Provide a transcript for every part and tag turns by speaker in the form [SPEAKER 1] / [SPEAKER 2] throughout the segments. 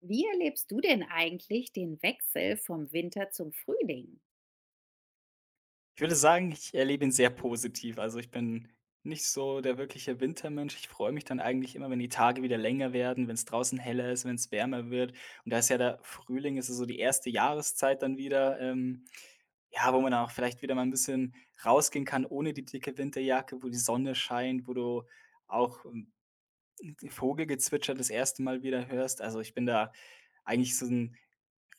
[SPEAKER 1] Wie erlebst du denn eigentlich den Wechsel vom Winter zum Frühling?
[SPEAKER 2] Ich würde sagen, ich erlebe ihn sehr positiv. Also, ich bin nicht so der wirkliche Wintermensch. Ich freue mich dann eigentlich immer, wenn die Tage wieder länger werden, wenn es draußen heller ist, wenn es wärmer wird. Und da ist ja der Frühling ist ja so die erste Jahreszeit dann wieder, ja, wo man dann auch vielleicht wieder mal ein bisschen rausgehen kann ohne die dicke Winterjacke, wo die Sonne scheint, wo du auch, Vogelgezwitscher das erste Mal wieder hörst. Also, ich bin da eigentlich so ein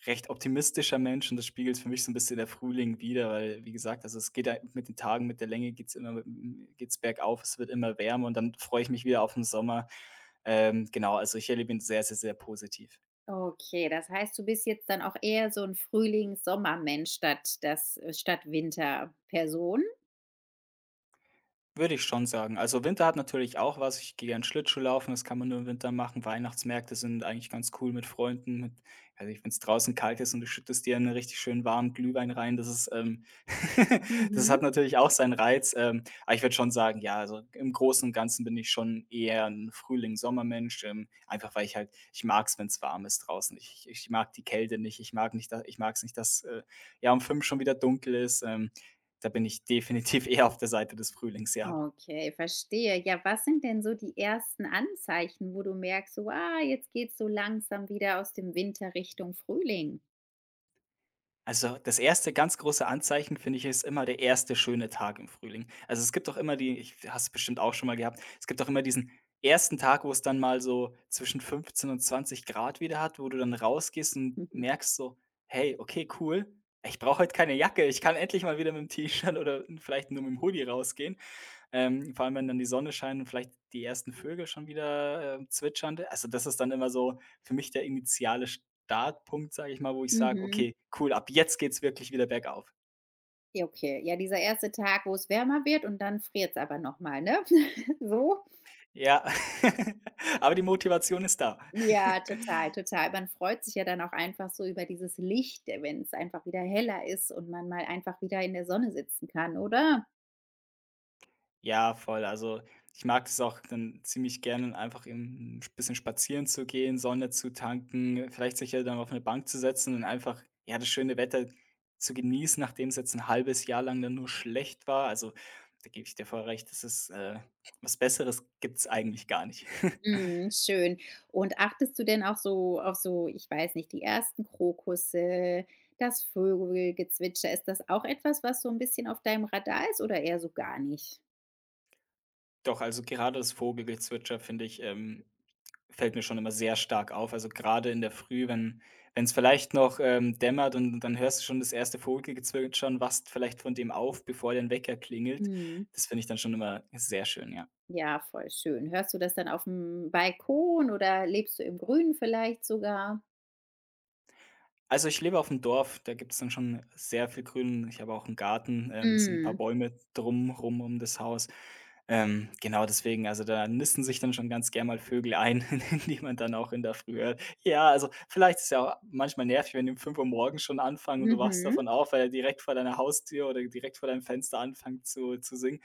[SPEAKER 2] recht optimistischer Mensch und das spiegelt für mich so ein bisschen der Frühling wider, weil, wie gesagt, also, es geht ja mit den Tagen, mit der Länge geht's immer hm, geht's bergauf, es wird immer wärmer und dann freue ich mich wieder auf den Sommer. Genau, also, ich erlebe ihn sehr, sehr, sehr positiv.
[SPEAKER 1] Okay, das heißt, du bist jetzt dann auch eher so 'n Frühlings-Sommermensch statt das statt Winterperson?
[SPEAKER 2] Würde ich schon sagen. Also, Winter hat natürlich auch was. Ich gehe gern Schlittschuh laufen, das kann man nur im Winter machen. Weihnachtsmärkte sind eigentlich ganz cool mit Freunden. Mit also, wenn es draußen kalt ist und du schüttest dir 'n richtig schönen warmen Glühwein rein, das ist, das hat
[SPEAKER 1] Mhm.
[SPEAKER 2] natürlich auch seinen Reiz. Aber ich würde schon sagen, ja, also, im Großen und Ganzen bin ich schon eher ein frühling sommermensch einfach weil ich halt ich mag es, wenn es warm ist draußen. Ich mag die Kälte nicht. Ich mag nicht da ich mag es nicht, dass, ja, um 5 schon wieder dunkel ist. Da bin ich definitiv eher auf der Seite des Frühlings, ja.
[SPEAKER 1] Okay, verstehe. Ja, was sind denn so die ersten Anzeichen, wo du merkst, so: „Ah, jetzt geht's so langsam wieder aus dem Winter Richtung Frühling?“
[SPEAKER 2] Also, das erste ganz große Anzeichen, finde ich, ist immer der erste schöne Tag im Frühling. Also, es gibt doch immer die ich hast bestimmt auch schon mal gehabt, es gibt doch immer diesen ersten Tag, wo es dann mal so zwischen 15 und 20 Grad wieder hat, wo du dann rausgehst und
[SPEAKER 1] Mhm.
[SPEAKER 2] merkst so: „Hey, okay, cool. Ich brauche heute keine Jacke. Ich kann endlich mal wieder mit'm T-Shirt oder vielleicht nur mit dem Hoodie rausgehen vor allem, wenn dann die Sonne scheint und vielleicht die ersten Vögel schon wieder, zwitschern. Also, das ist dann immer so für mich der initiale Startpunkt, sage ich mal, wo ich sage:
[SPEAKER 1] Mhm.
[SPEAKER 2] „Okay, cool, ab jetzt geht's wirklich wieder bergauf.“
[SPEAKER 1] Ja, okay. Ja, dieser erste Tag, wo's wärmer wird und dann friert's aber noch mal, ne? So?
[SPEAKER 2] Ja, aber die Motivation ist da.
[SPEAKER 1] Ja, total, total. Man freut sich ja dann auch einfach so über dieses Licht, wenn es einfach wieder heller ist und man mal einfach wieder in der Sonne sitzen kann, oder?
[SPEAKER 2] Ja, voll. Also, ich mag es auch dann ziemlich gerne, einfach eben 'n bisschen spazieren zu gehen, Sonne zu tanken, vielleicht sich ja dann auf eine Bank zu setzen und einfach, ja, das schöne Wetter zu genießen, nachdem es jetzt ein halbes Jahr lang dann nur schlecht war. Also, da gebe ich dir voll recht, das ist, was Besseres gibt's eigentlich gar nicht.
[SPEAKER 1] Mhm, schön. Und achtest du denn auch so auf so, ich weiß nicht, die ersten Krokusse, das Vögelgezwitscher? Ist das auch etwas, was so ein bisschen auf deinem Radar ist oder eher so gar nicht?
[SPEAKER 2] Doch, also, gerade das Vogelgezwitscher finde ich, fällt mir schon immer sehr stark auf. Also, gerade in der Früh, wenn es vielleicht noch, dämmert und dann hörst du schon das erste Vogelgezwitscher und wachst vielleicht von dem auf, bevor dein Wecker klingelt.
[SPEAKER 1] Mhm.
[SPEAKER 2] Das finde ich dann schon immer sehr schön, ja.
[SPEAKER 1] Ja, voll schön. Hörst du das dann auf dem Balkon oder lebst du im Grünen vielleicht sogar?
[SPEAKER 2] Also, ich lebe auf'm Dorf, da gibt es dann schon sehr viel Grün. Ich habe auch einen Garten, es sind ein paar
[SPEAKER 1] Mhm.
[SPEAKER 2] Bäume drum rum um das Haus. Genau deswegen, also, da nisten sich dann schon ganz gern mal Vögel ein, die man dann auch in der Früh hört. Ja, also, vielleicht ist ja auch manchmal nervig, wenn die um 5 Uhr morgens schon anfangen und du wachst
[SPEAKER 1] Mhm.
[SPEAKER 2] davon auf, weil er direkt vor deiner Haustür oder direkt vor deinem Fenster anfängt zu singen.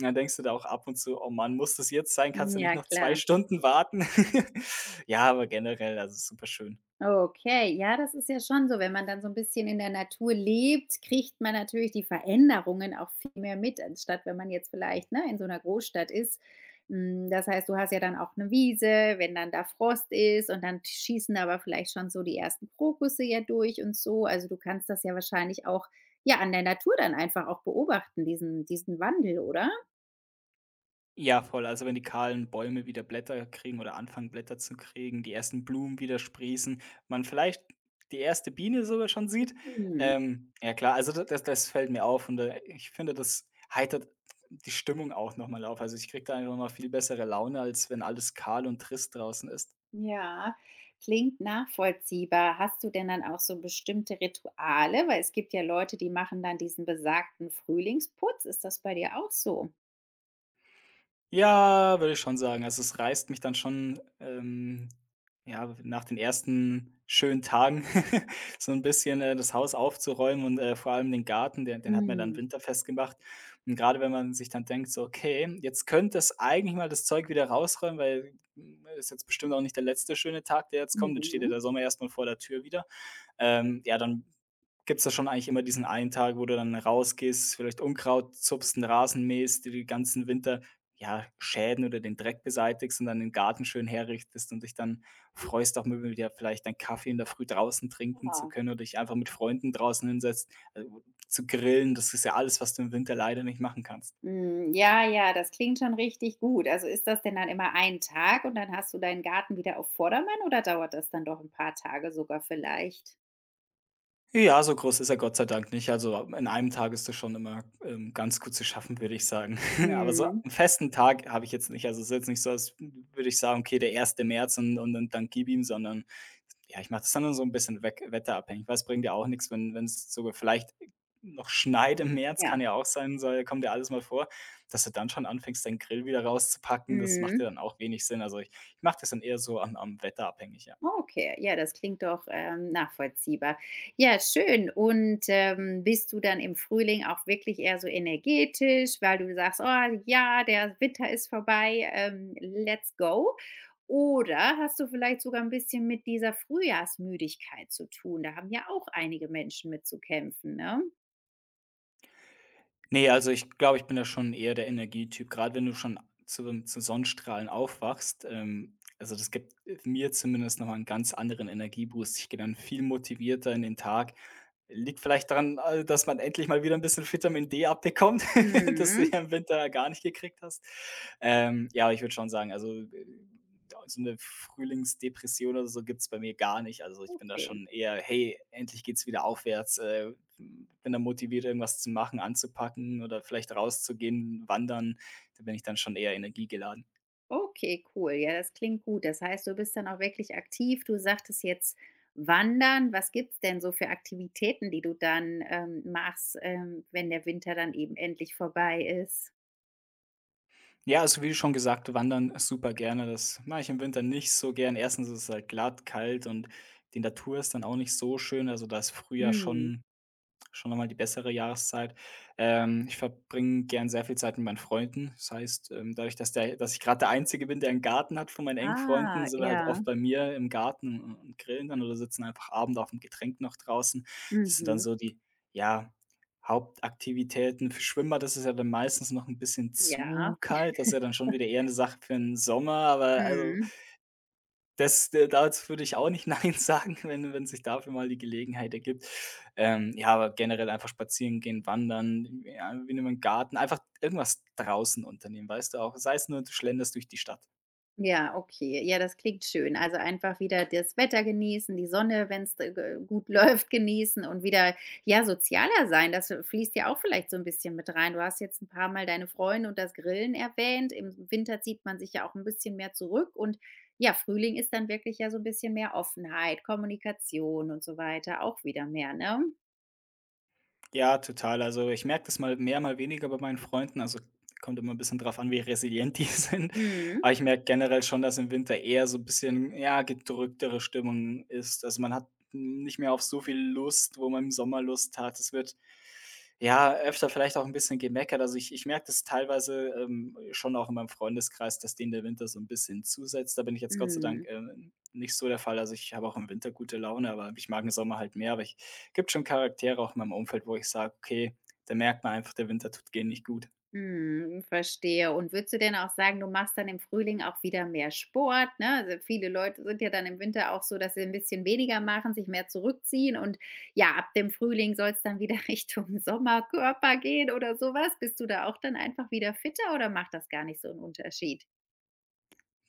[SPEAKER 2] Und dann denkst du da auch ab und zu: „Oh Mann, muss das jetzt sein? Kannst du nicht
[SPEAKER 1] Ja,
[SPEAKER 2] noch 2
[SPEAKER 1] klar.
[SPEAKER 2] Stunden warten?“ Ja, aber generell, also, super schön.
[SPEAKER 1] Okay, ja, das ist ja schon so. Wenn man dann so ein bisschen in der Natur lebt, kriegt man natürlich die Veränderungen auch viel mehr mit, anstatt wenn man jetzt vielleicht, ne, in so einer Großstadt ist. Hm, das heißt, du hast ja dann auch eine Wiese, wenn dann da Frost ist und dann schießen aber vielleicht schon so die ersten Krokusse ja durch und so. Also, du kannst das ja wahrscheinlich auch, ja, an der Natur dann einfach auch beobachten, diesen Wandel, oder?
[SPEAKER 2] Ja, voll. Also, wenn die kahlen Bäume wieder Blätter kriegen oder anfangen, Blätter zu kriegen, die ersten Blumen wieder sprießen, man vielleicht die erste Biene sogar schon sieht.
[SPEAKER 1] Mhm.
[SPEAKER 2] Ja klar, also da das fällt mir auf und, ich finde, das heitert die Stimmung auch noch mal auf. Also, ich kriege da einfach noch mal viel bessere Laune, als wenn alles kahl und trist draußen ist.
[SPEAKER 1] Ja, klingt nachvollziehbar. Hast du denn dann auch so bestimmte Rituale? Weil es gibt ja Leute, die machen dann diesen besagten Frühlingsputz. Ist das bei dir auch so?
[SPEAKER 2] Ja, würde ich schon sagen. Also, es reißt mich dann schon, ja, nach den ersten schönen Tagen so ein bisschen, das Haus aufzuräumen und, vor allem den Garten, den hat man dann
[SPEAKER 1] Mm.
[SPEAKER 2] winterfest gemacht. Und gerade wenn man sich dann denkt so: „Okay, jetzt könnte es eigentlich mal das Zeug wieder rausräumen, weil, ist jetzt bestimmt auch nicht der letzte schöne Tag, der jetzt kommt. Dann steht ja
[SPEAKER 1] Mhm.
[SPEAKER 2] der Sommer erst mal vor der Tür wieder.“ Ja, dann gibt's da schon eigentlich immer diesen einen Tag, wo du dann rausgehst, vielleicht Unkraut zupfst, 'n Rasen mähst, dir die ganzen Winter ja, Schäden oder den Dreck beseitigst und dann den Garten schön herrichtest und dich dann freust, auch mal wieder vielleicht einen Kaffee in der Früh draußen trinken zu
[SPEAKER 1] Ja.
[SPEAKER 2] können oder dich einfach mit Freunden draußen hinsetzt, zu grillen. Das ist ja alles, was du im Winter leider nicht machen kannst.
[SPEAKER 1] Mm, ja, ja, das klingt schon richtig gut. Also ist das denn dann immer ein Tag und dann hast du deinen Garten wieder auf Vordermann oder dauert das dann doch ein paar Tage sogar vielleicht?
[SPEAKER 2] Ja, so groß ist er Gott sei Dank nicht. Also, in einem Tag ist das schon immer, ganz gut zu schaffen, würde ich sagen. Aber so
[SPEAKER 1] Mhm.
[SPEAKER 2] einen festen Tag habe ich jetzt nicht. Also, es ist jetzt nicht so, als würde ich sagen: „Okay, der erste März und und dann gib ihm“, sondern ja, ich mache das dann so ein bisschen weg wetterabhängig, weil es bringt ja auch nichts, wenn es sogar vielleicht noch schneit im März, kann
[SPEAKER 1] Ja.
[SPEAKER 2] ja auch sein, soll kommt ja alles mal vor, dass du dann schon anfängst, deinen Grill wieder rauszupacken. Das macht ja
[SPEAKER 1] Mhm.
[SPEAKER 2] dann auch wenig Sinn. Also, ich mache das dann eher so am Wetter abhängig, ja.
[SPEAKER 1] Okay, ja, das klingt doch, nachvollziehbar. Ja, schön. Und, bist du dann im Frühling auch wirklich eher so energetisch, weil du sagst: „Oh ja, der Winter ist vorbei, let's go.“ Oder hast du vielleicht sogar ein bisschen mit dieser Frühjahrsmüdigkeit zu tun? Da haben ja auch einige Menschen mit zu kämpfen, ne?
[SPEAKER 2] Ne, also ich glaube, ich bin da schon eher der Energietyp, gerade wenn du schon zu Sonnenstrahlen aufwachst. Also das gibt mir zumindest noch einen ganz anderen Energieboost. Ich gehe dann viel motivierter in den Tag. Liegt vielleicht daran, dass man endlich mal wieder ein bisschen Vitamin D abbekommt, das du
[SPEAKER 1] Mhm,
[SPEAKER 2] ja im Winter gar nicht gekriegt hast. Ja, aber ich würde schon sagen, also, so 'ne Frühlingsdepression oder so gibt es bei mir gar nicht. Also, ich bin da
[SPEAKER 1] okay.
[SPEAKER 2] schon eher: „Hey, endlich geht's wieder aufwärts, bin dann motiviert, irgendwas zu machen, anzupacken oder vielleicht rauszugehen, wandern. Da bin ich dann schon eher energiegeladen.
[SPEAKER 1] Okay, cool. Ja, das klingt gut. Das heißt, du bist dann auch wirklich aktiv. Du sagtest jetzt Wandern. Was gibt's denn so für Aktivitäten, die du dann, machst, wenn der Winter dann eben endlich vorbei ist?
[SPEAKER 2] Ja, also wie schon gesagt, wandern super gerne. Das mache ich im Winter nicht so gern. Erstens ist es halt glatt, kalt und die Natur ist dann auch nicht so schön. Also da ist Frühjahr
[SPEAKER 1] Mhm.
[SPEAKER 2] schon schon noch die bessere Jahreszeit. Ich verbringe gern sehr viel Zeit mit meinen Freunden. Das heißt, dadurch, dass ich gerade der Einzige bin, der einen Garten hat von meinen engen Freunden,
[SPEAKER 1] Ah,
[SPEAKER 2] sind wir halt
[SPEAKER 1] ja.
[SPEAKER 2] oft bei mir im Garten u und grillen dann oder sitzen einfach Abend auf dem Getränk noch draußen. Das sind dann
[SPEAKER 1] Mhm.
[SPEAKER 2] so die, ja, Hauptaktivitäten. Für Schwimmbad ist es ja dann meistens noch ein bisschen zu
[SPEAKER 1] Ja.
[SPEAKER 2] kalt. Das ist ja dann schon wieder eher eine Sache für den Sommer, aber also
[SPEAKER 1] Mhm.
[SPEAKER 2] das d dazu würde ich auch nicht nein sagen, wenn sich dafür mal die Gelegenheit ergibt. Ja, aber generell einfach spazieren gehen, wandern, ja, irgendwie in 'nem Garten, einfach irgendwas draußen unternehmen, weißt du auch? Sei es nur, du schlenderst durch die Stadt.
[SPEAKER 1] Ja, okay. Ja, das klingt schön. Also einfach wieder das Wetter genießen, die Sonne, wenn es gut läuft, genießen und wieder, ja, sozialer sein. Das, fließt ja auch vielleicht so ein bisschen mit rein. Du hast jetzt ein paar mal deine Freunde und das Grillen erwähnt. Im Winter zieht man sich ja auch ein bisschen mehr zurück und ja, Frühling ist dann wirklich ja so ein bisschen mehr Offenheit, Kommunikation und so weiter, auch wieder mehr, ne?
[SPEAKER 2] Ja, total. Also, ich merke das mal mehr, mal weniger bei meinen Freunden. Also, kommt immer ein bisschen drauf an, wie resilient die sind.
[SPEAKER 1] Mhm,
[SPEAKER 2] Aber ich merke generell schon, dass im Winter eher so ein bisschen, ja, gedrücktere Stimmung ist. Also, man hat nicht mehr auf so viel Lust, wo man im Sommer Lust hat. Es wird, ja, öfter vielleicht auch ein bisschen gemeckert. Also, ich merke das teilweise, schon auch in meinem Freundeskreis, dass denen der Winter so ein bisschen zusetzt. Da bin ich jetzt Gott sei Dank,
[SPEAKER 1] mhm.
[SPEAKER 2] nicht so der Fall. Also, ich habe auch im Winter gute Laune, aber ich mag den Sommer halt mehr, aber ich gibt schon Charaktere auch in meinem Umfeld, wo ich sage: „Okay, da merkt man einfach, der Winter tut gehen nicht gut.“
[SPEAKER 1] Mhm, verstehe. Und würdest du denn auch sagen, du machst dann im Frühling auch wieder mehr Sport, ne? Also, viele Leute sind ja dann im Winter auch so, dass sie ein bisschen weniger machen, sich mehr zurückziehen und ja, ab dem Frühling soll es dann wieder Richtung Sommerkörper gehen oder sowas? Bist du da auch dann einfach wieder fitter oder macht das gar nicht so einen Unterschied?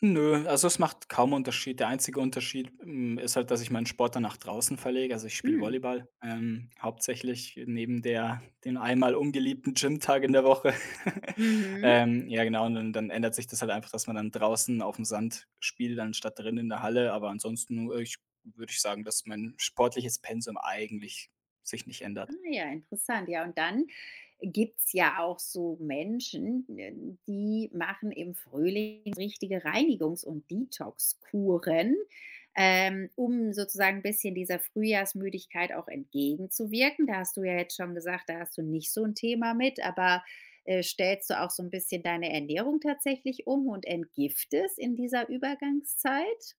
[SPEAKER 2] Nö, also es macht kaum Unterschied. Der einzige Unterschied, ist halt, dass ich meinen Sport dann nach draußen verlege. Also, ich spiele
[SPEAKER 1] Mhm.
[SPEAKER 2] Volleyball, hauptsächlich neben der den einmal ungeliebten Gymtag in der Woche.
[SPEAKER 1] Mhm.
[SPEAKER 2] Ja genau, und dann ändert sich das halt einfach, dass man dann draußen auf dem Sand spielt, anstatt drin in der Halle. Aber ansonsten, ich würde ich sagen, dass mein sportliches Pensum eigentlich sich nicht ändert.
[SPEAKER 1] Ah ja, interessant. Ja, und dann gibt's ja auch so Menschen, die machen im Frühling richtige Reinigungs- und Detoxkuren, um sozusagen ein bisschen dieser Frühjahrsmüdigkeit auch entgegenzuwirken. Da hast du ja jetzt schon gesagt, da hast du nicht so ein Thema mit, aber, stellst du auch so ein bisschen deine Ernährung tatsächlich um und entgiftest in dieser Übergangszeit?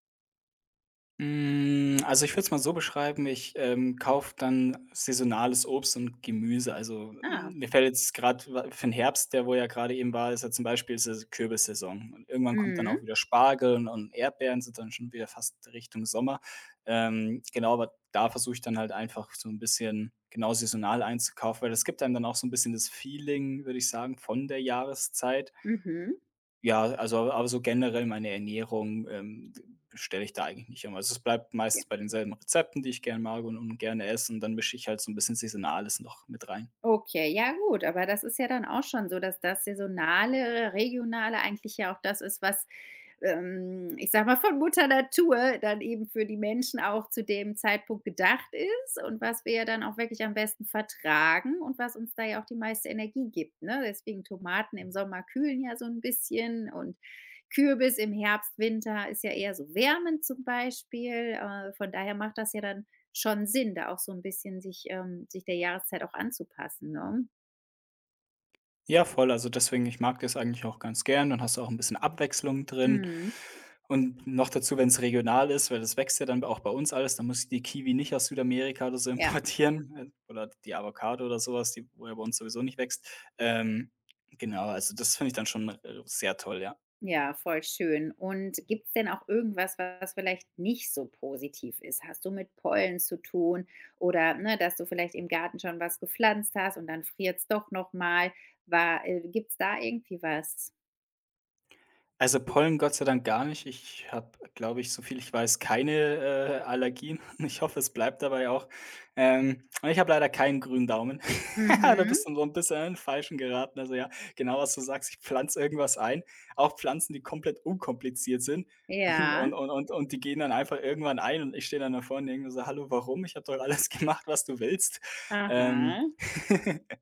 [SPEAKER 2] Hm, also, ich würde es mal so beschreiben, ich, kaufe dann saisonales Obst und Gemüse. Also,
[SPEAKER 1] Ah,
[SPEAKER 2] mir fällt jetzt gerade für den Herbst, der wo ja gerade eben war, ist ja so Kürbissaison, und irgendwann kommt dann auch
[SPEAKER 1] mhm,
[SPEAKER 2] wieder Spargel und Erdbeeren sind dann schon wieder fast Richtung Sommer. Genau, aber da versuche ich dann halt einfach so ein bisschen genau saisonal einzukaufen, weil das gibt einem dann auch so ein bisschen das Feeling, würde ich sagen, von der Jahreszeit.
[SPEAKER 1] mhm.
[SPEAKER 2] Ja, also aber so generell meine Ernährung, stelle ich da eigentlich nicht um. Also, es bleibt meistens bei denselben Rezepten, die ich gerne mag und gerne esse, und dann mische ich halt so ein bisschen Saisonales noch mit rein.
[SPEAKER 1] Okay, ja gut, aber das ist ja dann auch schon so, dass das saisonale, regionale eigentlich ja auch das ist, was ich sage mal, von Mutter Natur dann eben für die Menschen auch zu dem Zeitpunkt gedacht ist und was wir ja dann auch wirklich am besten vertragen und was uns da ja auch die meiste Energie gibt. Ne? Deswegen Tomaten im Sommer kühlen ja so ein bisschen und Kürbis im Herbst, Winter ist ja eher so wärmend zum Beispiel. Von daher macht das ja dann schon Sinn, da auch so ein bisschen sich, sich der Jahreszeit auch anzupassen. Ne?
[SPEAKER 2] Ja, voll, also deswegen, ich mag das eigentlich auch ganz gern, dann hast du auch ein bisschen Abwechslung drin,
[SPEAKER 1] Mhm.
[SPEAKER 2] und noch dazu, wenn es regional ist, weil das wächst ja dann auch bei uns alles, dann muss ich die Kiwi nicht aus Südamerika oder so
[SPEAKER 1] Ja.
[SPEAKER 2] importieren, oder die Avocado oder sowas, die wo ja bei uns sowieso nicht wächst. Ähm, genau, also das finde ich dann schon, sehr toll, ja.
[SPEAKER 1] Ja, voll schön. Und gibt's denn auch irgendwas, was vielleicht nicht so positiv ist? Hast du mit Pollen zu tun oder, ne, dass du vielleicht im Garten schon was gepflanzt hast und dann friert's doch noch mal? War Gibt's da irgendwie was?
[SPEAKER 2] Also, Pollen Gott sei Dank gar nicht. Ich habe, glaube ich, so viel ich weiß, keine, Allergien. Ich hoffe, es bleibt dabei auch. Und ich habe leider keinen grünen Daumen. Ja, da
[SPEAKER 1] Mhm.
[SPEAKER 2] bist du so ein bisschen in den Falschen geraten. Also, ja, genau, was du sagst, ich pflanze irgendwas ein, auch Pflanzen, die komplett unkompliziert sind, und
[SPEAKER 1] Ja.
[SPEAKER 2] und und und und die gehen dann einfach irgendwann ein, und ich stehe dann da vorne und denke mir so: „Hallo, warum? Ich habe doch alles gemacht, was du willst.“ Ähm,
[SPEAKER 1] Aha.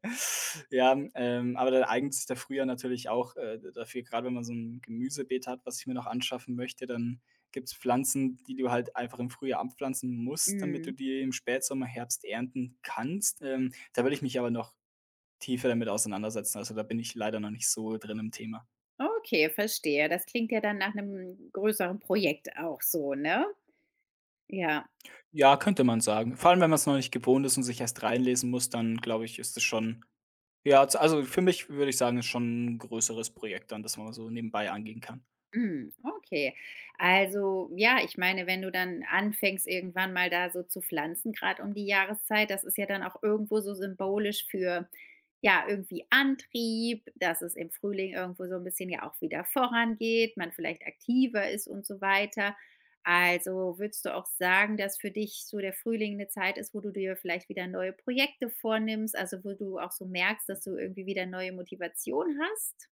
[SPEAKER 2] ja, aber dann eignet sich der Frühjahr natürlich auch, dafür, gerade wenn man so ein Gemüsebeet hat, was ich mir noch anschaffen möchte, dann gibt's Pflanzen, die du halt einfach im Frühjahr anpflanzen musst, damit du
[SPEAKER 1] Mhm.
[SPEAKER 2] die im Spätsommer, Herbst ernten kannst. Da würde ich mich aber noch tiefer damit auseinandersetzen. Also, da bin ich leider noch nicht so drin im Thema.
[SPEAKER 1] Okay, verstehe. Das klingt ja dann nach einem größeren Projekt auch so, ne? Ja.
[SPEAKER 2] Ja, könnte man sagen. Vor allem, wenn man es noch nicht gewohnt ist und sich erst reinlesen muss, dann glaube ich, ist es schon ja, z also, für mich würde ich sagen, ist schon ein größeres Projekt dann, das man so nebenbei angehen kann.
[SPEAKER 1] Hm, okay. Also, ja, ich meine, wenn du dann anfängst, irgendwann mal da so zu pflanzen, gerade um die Jahreszeit, das ist ja dann auch irgendwo so symbolisch für, ja, irgendwie Antrieb, dass es im Frühling irgendwo so ein bisschen ja auch wieder vorangeht, man vielleicht aktiver ist und so weiter. Also, würdest du auch sagen, dass für dich so der Frühling eine Zeit ist, wo du dir vielleicht wieder neue Projekte vornimmst, also, wo du auch so merkst, dass du irgendwie wieder neue Motivation hast?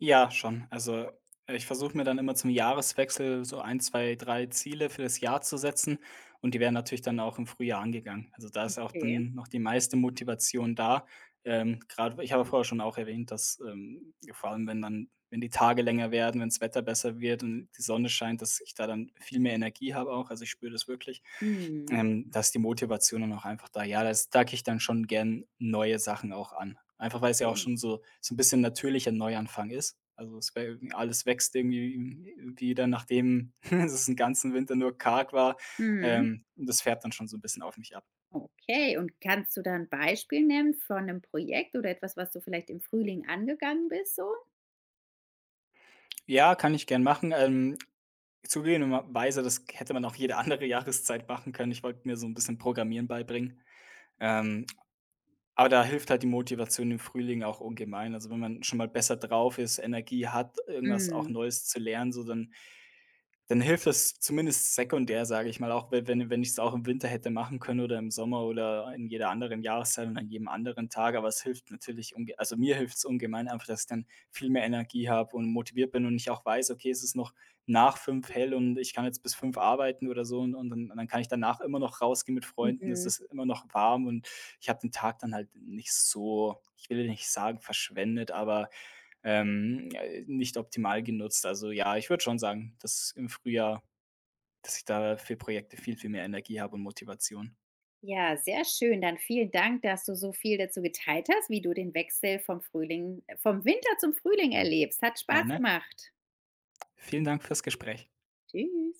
[SPEAKER 2] Ja, schon. Also, ich versuche mir dann immer zum Jahreswechsel so ein, 2, 3 Ziele für das Jahr zu setzen, und die werden natürlich dann auch im Frühjahr angegangen. Also, da ist auch
[SPEAKER 1] Okay.
[SPEAKER 2] dann noch die meiste Motivation da. Grad ich habe vorher schon auch erwähnt, dass, vor allem, wenn die Tage länger werden, wenn's Wetter besser wird und die Sonne scheint, dass ich da dann viel mehr Energie habe auch. Also, ich spüre das wirklich.
[SPEAKER 1] Mhm,
[SPEAKER 2] Da die Motivation dann auch einfach da. Ja, das da gehe ich dann schon gern neue Sachen auch an. Einfach weil es ja auch
[SPEAKER 1] okay.
[SPEAKER 2] schon so ein bisschen natürlicher Neuanfang ist. Also, es wär alles wächst irgendwie wieder, nachdem es 'n ganzen Winter nur karg war.
[SPEAKER 1] Mhm.
[SPEAKER 2] Das fährt dann schon so ein bisschen auf mich ab.
[SPEAKER 1] Okay, und kannst du da ein Beispiel nennen von einem Projekt oder etwas, was du vielleicht im Frühling angegangen bist so?
[SPEAKER 2] Ja, kann ich gern machen. Zugegebenerweise, das hätte man auch jede andere Jahreszeit machen können. Ich wollte mir so ein bisschen Programmieren beibringen. Ähm Aber da hilft halt die Motivation im Frühling auch ungemein. Also, wenn man schon mal besser drauf ist, Energie hat, irgendwas auch
[SPEAKER 1] Mhm,
[SPEAKER 2] Neues zu lernen, so dann dann hilft das zumindest sekundär, sage ich mal, auch wenn ich es auch im Winter hätte machen können oder im Sommer oder in jeder anderen Jahreszeit und an jedem anderen Tag, aber es hilft natürlich unge also mir hilft es ungemein einfach, dass ich dann viel mehr Energie habe und motiviert bin und ich auch weiß: „Okay, es ist noch nach 5 hell und ich kann jetzt bis 5 arbeiten oder so, und dann kann ich danach immer noch rausgehen mit Freunden. Es
[SPEAKER 1] mhm.
[SPEAKER 2] ist immer noch warm, und ich habe den Tag dann halt nicht so, ich will nicht sagen verschwendet, aber nicht optimal genutzt. Also ja, ich würde schon sagen, dass im Frühjahr dass ich da für Projekte viel, viel mehr Energie habe und Motivation.
[SPEAKER 1] Ja, sehr schön. Dann vielen Dank, dass du so viel dazu geteilt hast, wie du den Wechsel vom Winter zum Frühling erlebst. Hat Spaß
[SPEAKER 2] Gerne.
[SPEAKER 1] gemacht.
[SPEAKER 2] Vielen Dank fürs Gespräch.
[SPEAKER 1] Tschüss.